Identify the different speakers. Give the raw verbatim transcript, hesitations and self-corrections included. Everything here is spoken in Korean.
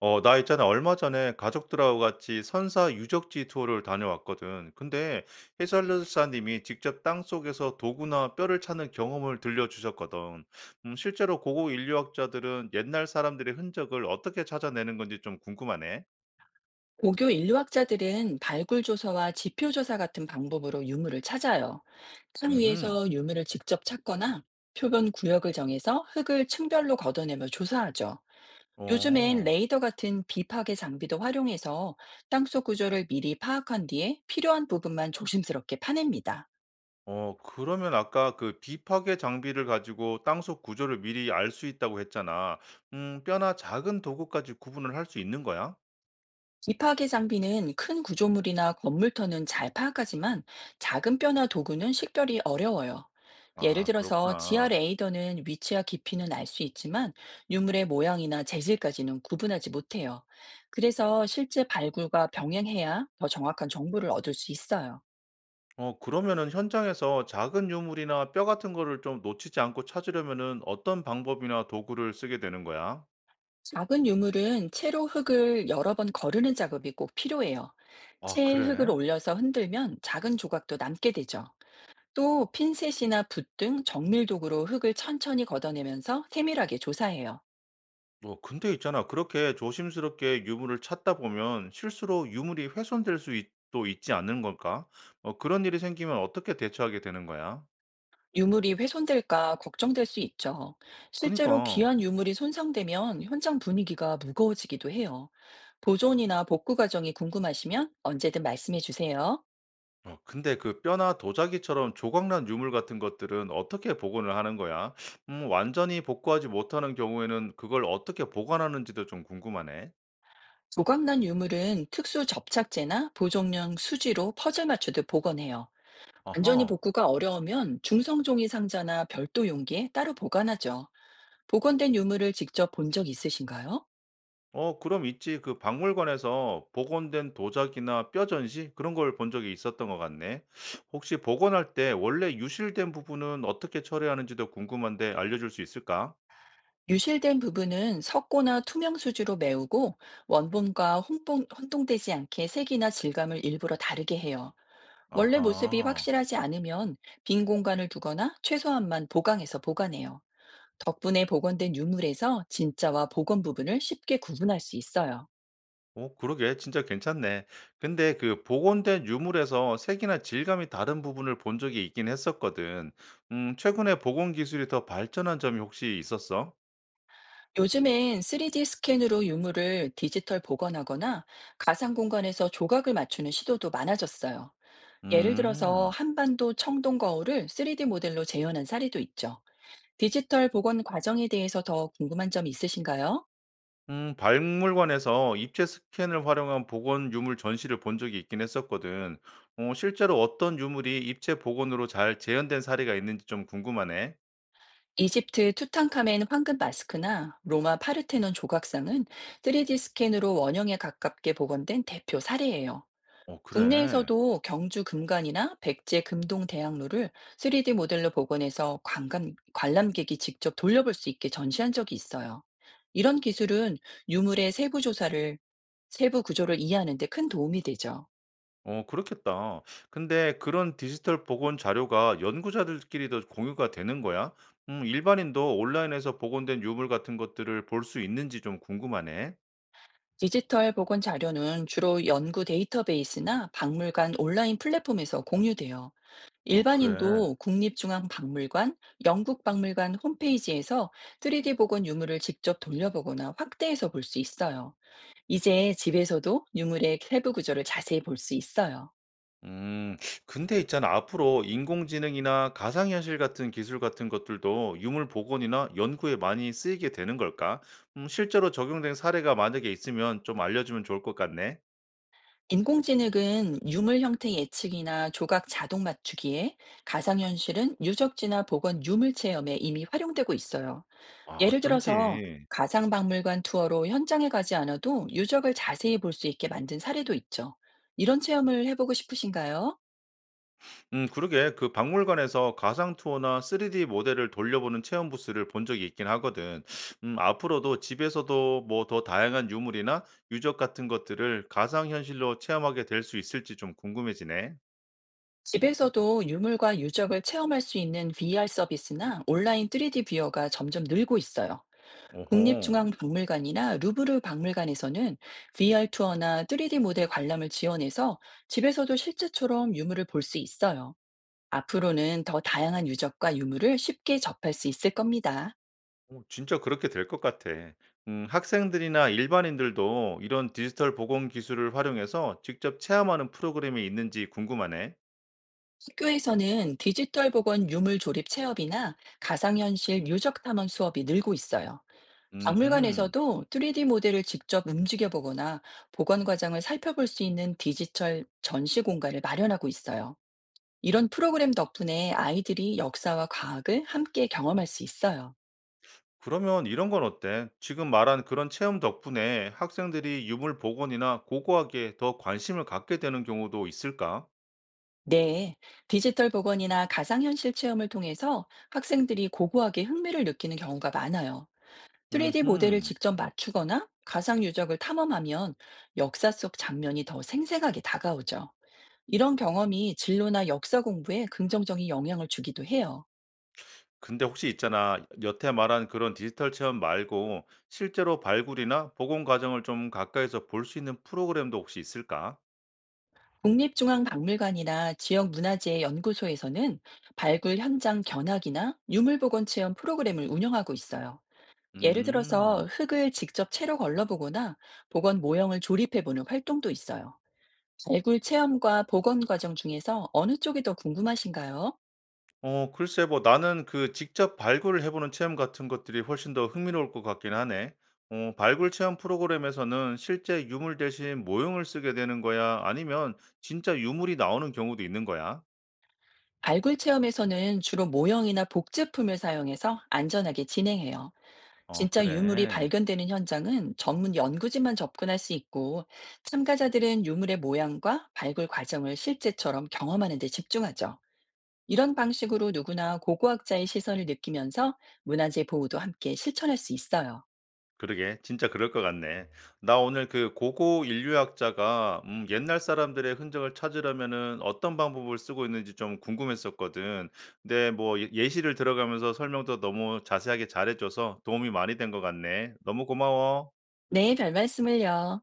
Speaker 1: 어, 나 있잖아. 얼마 전에 가족들하고 같이 선사 유적지 투어를 다녀왔거든. 근데 해설사님이 직접 땅속에서 도구나 뼈를 찾는 경험을 들려주셨거든. 음, 실제로 고고 인류학자들은 옛날 사람들의 흔적을 어떻게 찾아내는 건지 좀 궁금하네.
Speaker 2: 고교 인류학자들은 발굴 조사와 지표 조사 같은 방법으로 유물을 찾아요. 땅
Speaker 1: 음,
Speaker 2: 위에서 유물을 직접 찾거나 표본 구역을 정해서 흙을 층별로 걷어내며 조사하죠. 요즘엔
Speaker 1: 어,
Speaker 2: 레이더 같은 비파괴 장비도 활용해서 땅속 구조를 미리 파악한 뒤에 필요한 부분만 조심스럽게 파냅니다.
Speaker 1: 어, 그러면 아까 그 비파괴 장비를 가지고 땅속 구조를 미리 알 수 있다고 했잖아. 음, 뼈나 작은 도구까지 구분을 할 수 있는 거야?
Speaker 2: 이 파괴 장비는 큰 구조물이나 건물터는 잘 파악하지만 작은 뼈나 도구는 식별이 어려워요. 예를
Speaker 1: 아,
Speaker 2: 들어서 지하
Speaker 1: 그렇구나.
Speaker 2: 레이더는 위치와 깊이는 알 수 있지만 유물의 모양이나 재질까지는 구분하지 못해요. 그래서 실제 발굴과 병행해야 더 정확한 정보를 얻을 수 있어요.
Speaker 1: 어 그러면은 현장에서 작은 유물이나 뼈 같은 거를 좀 놓치지 않고 찾으려면은 어떤 방법이나 도구를 쓰게 되는 거야?
Speaker 2: 작은 유물은 채로 흙을 여러 번 거르는 작업이 꼭 필요해요.
Speaker 1: 아,
Speaker 2: 채에
Speaker 1: 그래?
Speaker 2: 흙을 올려서 흔들면 작은 조각도 남게 되죠. 또 핀셋이나 붓 등 정밀 도구로 흙을 천천히 걷어내면서 세밀하게 조사해요.
Speaker 1: 어, 근데 있잖아. 그렇게 조심스럽게 유물을 찾다 보면 실수로 유물이 훼손될 수도 있지 않는 걸까? 어, 그런 일이 생기면 어떻게 대처하게 되는 거야?
Speaker 2: 유물이 훼손될까 걱정될 수 있죠. 실제로
Speaker 1: 그니까.
Speaker 2: 귀한 유물이 손상되면 현장 분위기가 무거워지기도 해요. 보존이나 복구 과정이 궁금하시면 언제든 말씀해 주세요.
Speaker 1: 어, 근데 그 뼈나 도자기처럼 조각난 유물 같은 것들은 어떻게 복원을 하는 거야? 음, 완전히 복구하지 못하는 경우에는 그걸 어떻게 보관하는지도 좀 궁금하네.
Speaker 2: 조각난 유물은 특수 접착제나 보존용 수지로 퍼즐 맞추듯 복원해요.
Speaker 1: 어허.
Speaker 2: 완전히 복구가 어려우면 중성종이 상자나 별도 용기에 따로 보관하죠. 복원된 유물을 직접 본 적 있으신가요?
Speaker 1: 어 그럼 있지. 그 박물관에서 복원된 도자기나 뼈 전시 그런 걸 본 적이 있었던 것 같네. 혹시 복원할 때 원래 유실된 부분은 어떻게 처리하는지도 궁금한데 알려줄 수 있을까?
Speaker 2: 유실된 부분은 석고나 투명 수지로 메우고 원본과 혼동, 혼동되지 않게 색이나 질감을 일부러 다르게 해요. 원래 모습이
Speaker 1: 아하.
Speaker 2: 확실하지 않으면 빈 공간을 두거나 최소한만 보강해서 보관해요. 덕분에 복원된 유물에서 진짜와 복원 부분을 쉽게 구분할 수 있어요.
Speaker 1: 어 그러게 진짜 괜찮네. 근데 그 복원된 유물에서 색이나 질감이 다른 부분을 본 적이 있긴 했었거든. 음 최근에 복원 기술이 더 발전한 점이 혹시 있었어?
Speaker 2: 요즘엔 쓰리디 스캔으로 유물을 디지털 복원하거나 가상 공간에서 조각을 맞추는 시도도 많아졌어요. 예를 들어서
Speaker 1: 음.
Speaker 2: 한반도 청동 거울을 쓰리디 모델로 재현한 사례도 있죠. 디지털 복원 과정에 대해서 더 궁금한 점 있으신가요?
Speaker 1: 음, 박물관에서 입체 스캔을 활용한 복원 유물 전시를 본 적이 있긴 했었거든. 어, 실제로 어떤 유물이 입체 복원으로 잘 재현된 사례가 있는지 좀 궁금하네.
Speaker 2: 이집트 투탕카멘 황금 마스크나 로마 파르테논 조각상은 쓰리디 스캔으로 원형에 가깝게 복원된 대표 사례예요.
Speaker 1: 어, 그래.
Speaker 2: 국내에서도 경주 금관이나 백제 금동 대학로를 쓰리디 모델로 복원해서 관감, 관람객이 직접 돌려볼 수 있게 전시한 적이 있어요. 이런 기술은 유물의 세부 조사를, 세부 구조를 이해하는 데 큰 도움이 되죠.
Speaker 1: 어, 그렇겠다. 근데 그런 디지털 복원 자료가 연구자들끼리도 공유가 되는 거야? 음, 일반인도 온라인에서 복원된 유물 같은 것들을 볼 수 있는지 좀 궁금하네.
Speaker 2: 디지털 보건 자료는 주로 연구 데이터베이스나 박물관 온라인 플랫폼에서 공유돼요.
Speaker 1: 어, 그래.
Speaker 2: 일반인도 국립중앙박물관, 영국박물관 홈페이지에서 쓰리디 복원 유물을 직접 돌려보거나 확대해서 볼 수 있어요. 이제 집에서도 유물의 세부 구조를 자세히 볼 수 있어요.
Speaker 1: 음, 근데 있잖아. 앞으로 인공지능이나 가상현실 같은 기술 같은 것들도 유물 복원이나 연구에 많이 쓰이게 되는 걸까? 음, 실제로 적용된 사례가 만약에 있으면 좀 알려주면 좋을 것 같네.
Speaker 2: 인공지능은 유물 형태 예측이나 조각 자동 맞추기에, 가상현실은 유적지나 복원 유물 체험에 이미 활용되고 있어요.
Speaker 1: 아,
Speaker 2: 예를 들어서
Speaker 1: 어쩐지.
Speaker 2: 가상 박물관 투어로 현장에 가지 않아도 유적을 자세히 볼 수 있게 만든 사례도 있죠. 이런 체험을 해보고 싶으신가요?
Speaker 1: 음, 그러게. 그 박물관에서 가상 투어나 쓰리디 모델을 돌려보는 체험 부스를 본 적이 있긴 하거든. 음, 앞으로도 집에서도 뭐 더 다양한 유물이나 유적 같은 것들을 가상현실로 체험하게 될 수 있을지 좀 궁금해지네.
Speaker 2: 집에서도 유물과 유적을 체험할 수 있는 브이알 서비스나 온라인 쓰리디 뷰어가 점점 늘고 있어요.
Speaker 1: 오호.
Speaker 2: 국립중앙박물관이나 루브르 박물관에서는 브이알 투어나 쓰리디 모델 관람을 지원해서 집에서도 실제처럼 유물을 볼 수 있어요. 앞으로는 더 다양한 유적과 유물을 쉽게 접할 수 있을 겁니다.
Speaker 1: 어 진짜 그렇게 될 것 같아. 음 학생들이나 일반인들도 이런 디지털 보건 기술을 활용해서 직접 체험하는 프로그램이 있는지 궁금하네.
Speaker 2: 학교에서는 디지털 보건 유물 조립 체험이나 가상현실 유적 탐험 수업이 늘고 있어요.
Speaker 1: 음
Speaker 2: 박물관에서도 쓰리디 모델을 직접 움직여 보거나 보관 과정을 살펴볼 수 있는 디지털 전시 공간을 마련하고 있어요. 이런 프로그램 덕분에 아이들이 역사와 과학을 함께 경험할 수 있어요.
Speaker 1: 그러면 이런 건 어때? 지금 말한 그런 체험 덕분에 학생들이 유물 복원이나 고고학에 더 관심을 갖게 되는 경우도 있을까?
Speaker 2: 네, 디지털 복원이나 가상현실 체험을 통해서 학생들이 고고하게 흥미를 느끼는 경우가 많아요. 쓰리디 모델을
Speaker 1: 음
Speaker 2: 직접 맞추거나 가상 유적을 탐험하면 역사 속 장면이 더 생생하게 다가오죠. 이런 경험이 진로나 역사 공부에 긍정적인 영향을 주기도 해요.
Speaker 1: 근데 혹시 있잖아. 여태 말한 그런 디지털 체험 말고 실제로 발굴이나 복원 과정을 좀 가까이서 볼 수 있는 프로그램도 혹시 있을까?
Speaker 2: 국립중앙박물관이나 지역 문화재 연구소에서는 발굴 현장 견학이나 유물복원 체험 프로그램을 운영하고 있어요. 예를 들어서
Speaker 1: 음.
Speaker 2: 흙을 직접 채로 걸러보거나 복원 모형을 조립해보는 활동도 있어요. 발굴 체험과 복원 과정 중에서 어느 쪽이 더 궁금하신가요?
Speaker 1: 어 글쎄 뭐 나는 그 직접 발굴을 해 보는 체험 같은 것들이 훨씬 더 흥미로울 것 같긴 하네. 어 발굴 체험 프로그램에서는 실제 유물 대신 모형을 쓰게 되는 거야? 아니면 진짜 유물이 나오는 경우도 있는 거야?
Speaker 2: 발굴 체험에서는 주로 모형이나 복제품을 사용해서 안전하게 진행해요.
Speaker 1: 어
Speaker 2: 진짜 유물이
Speaker 1: 그래.
Speaker 2: 발견되는 현장은 전문 연구진만 접근할 수 있고 참가자들은 유물의 모양과 발굴 과정을 실제처럼 경험하는 데 집중하죠. 이런 방식으로 누구나 고고학자의 시선을 느끼면서 문화재 보호도 함께 실천할 수 있어요.
Speaker 1: 그러게. 진짜 그럴 것 같네. 나 오늘 그 고고 인류학자가 음, 옛날 사람들의 흔적을 찾으려면은 어떤 방법을 쓰고 있는지 좀 궁금했었거든. 근데 뭐 예- 예시를 들어가면서 설명도 너무 자세하게 잘해줘서 도움이 많이 된 것 같네. 너무 고마워.
Speaker 2: 네, 별 말씀을요.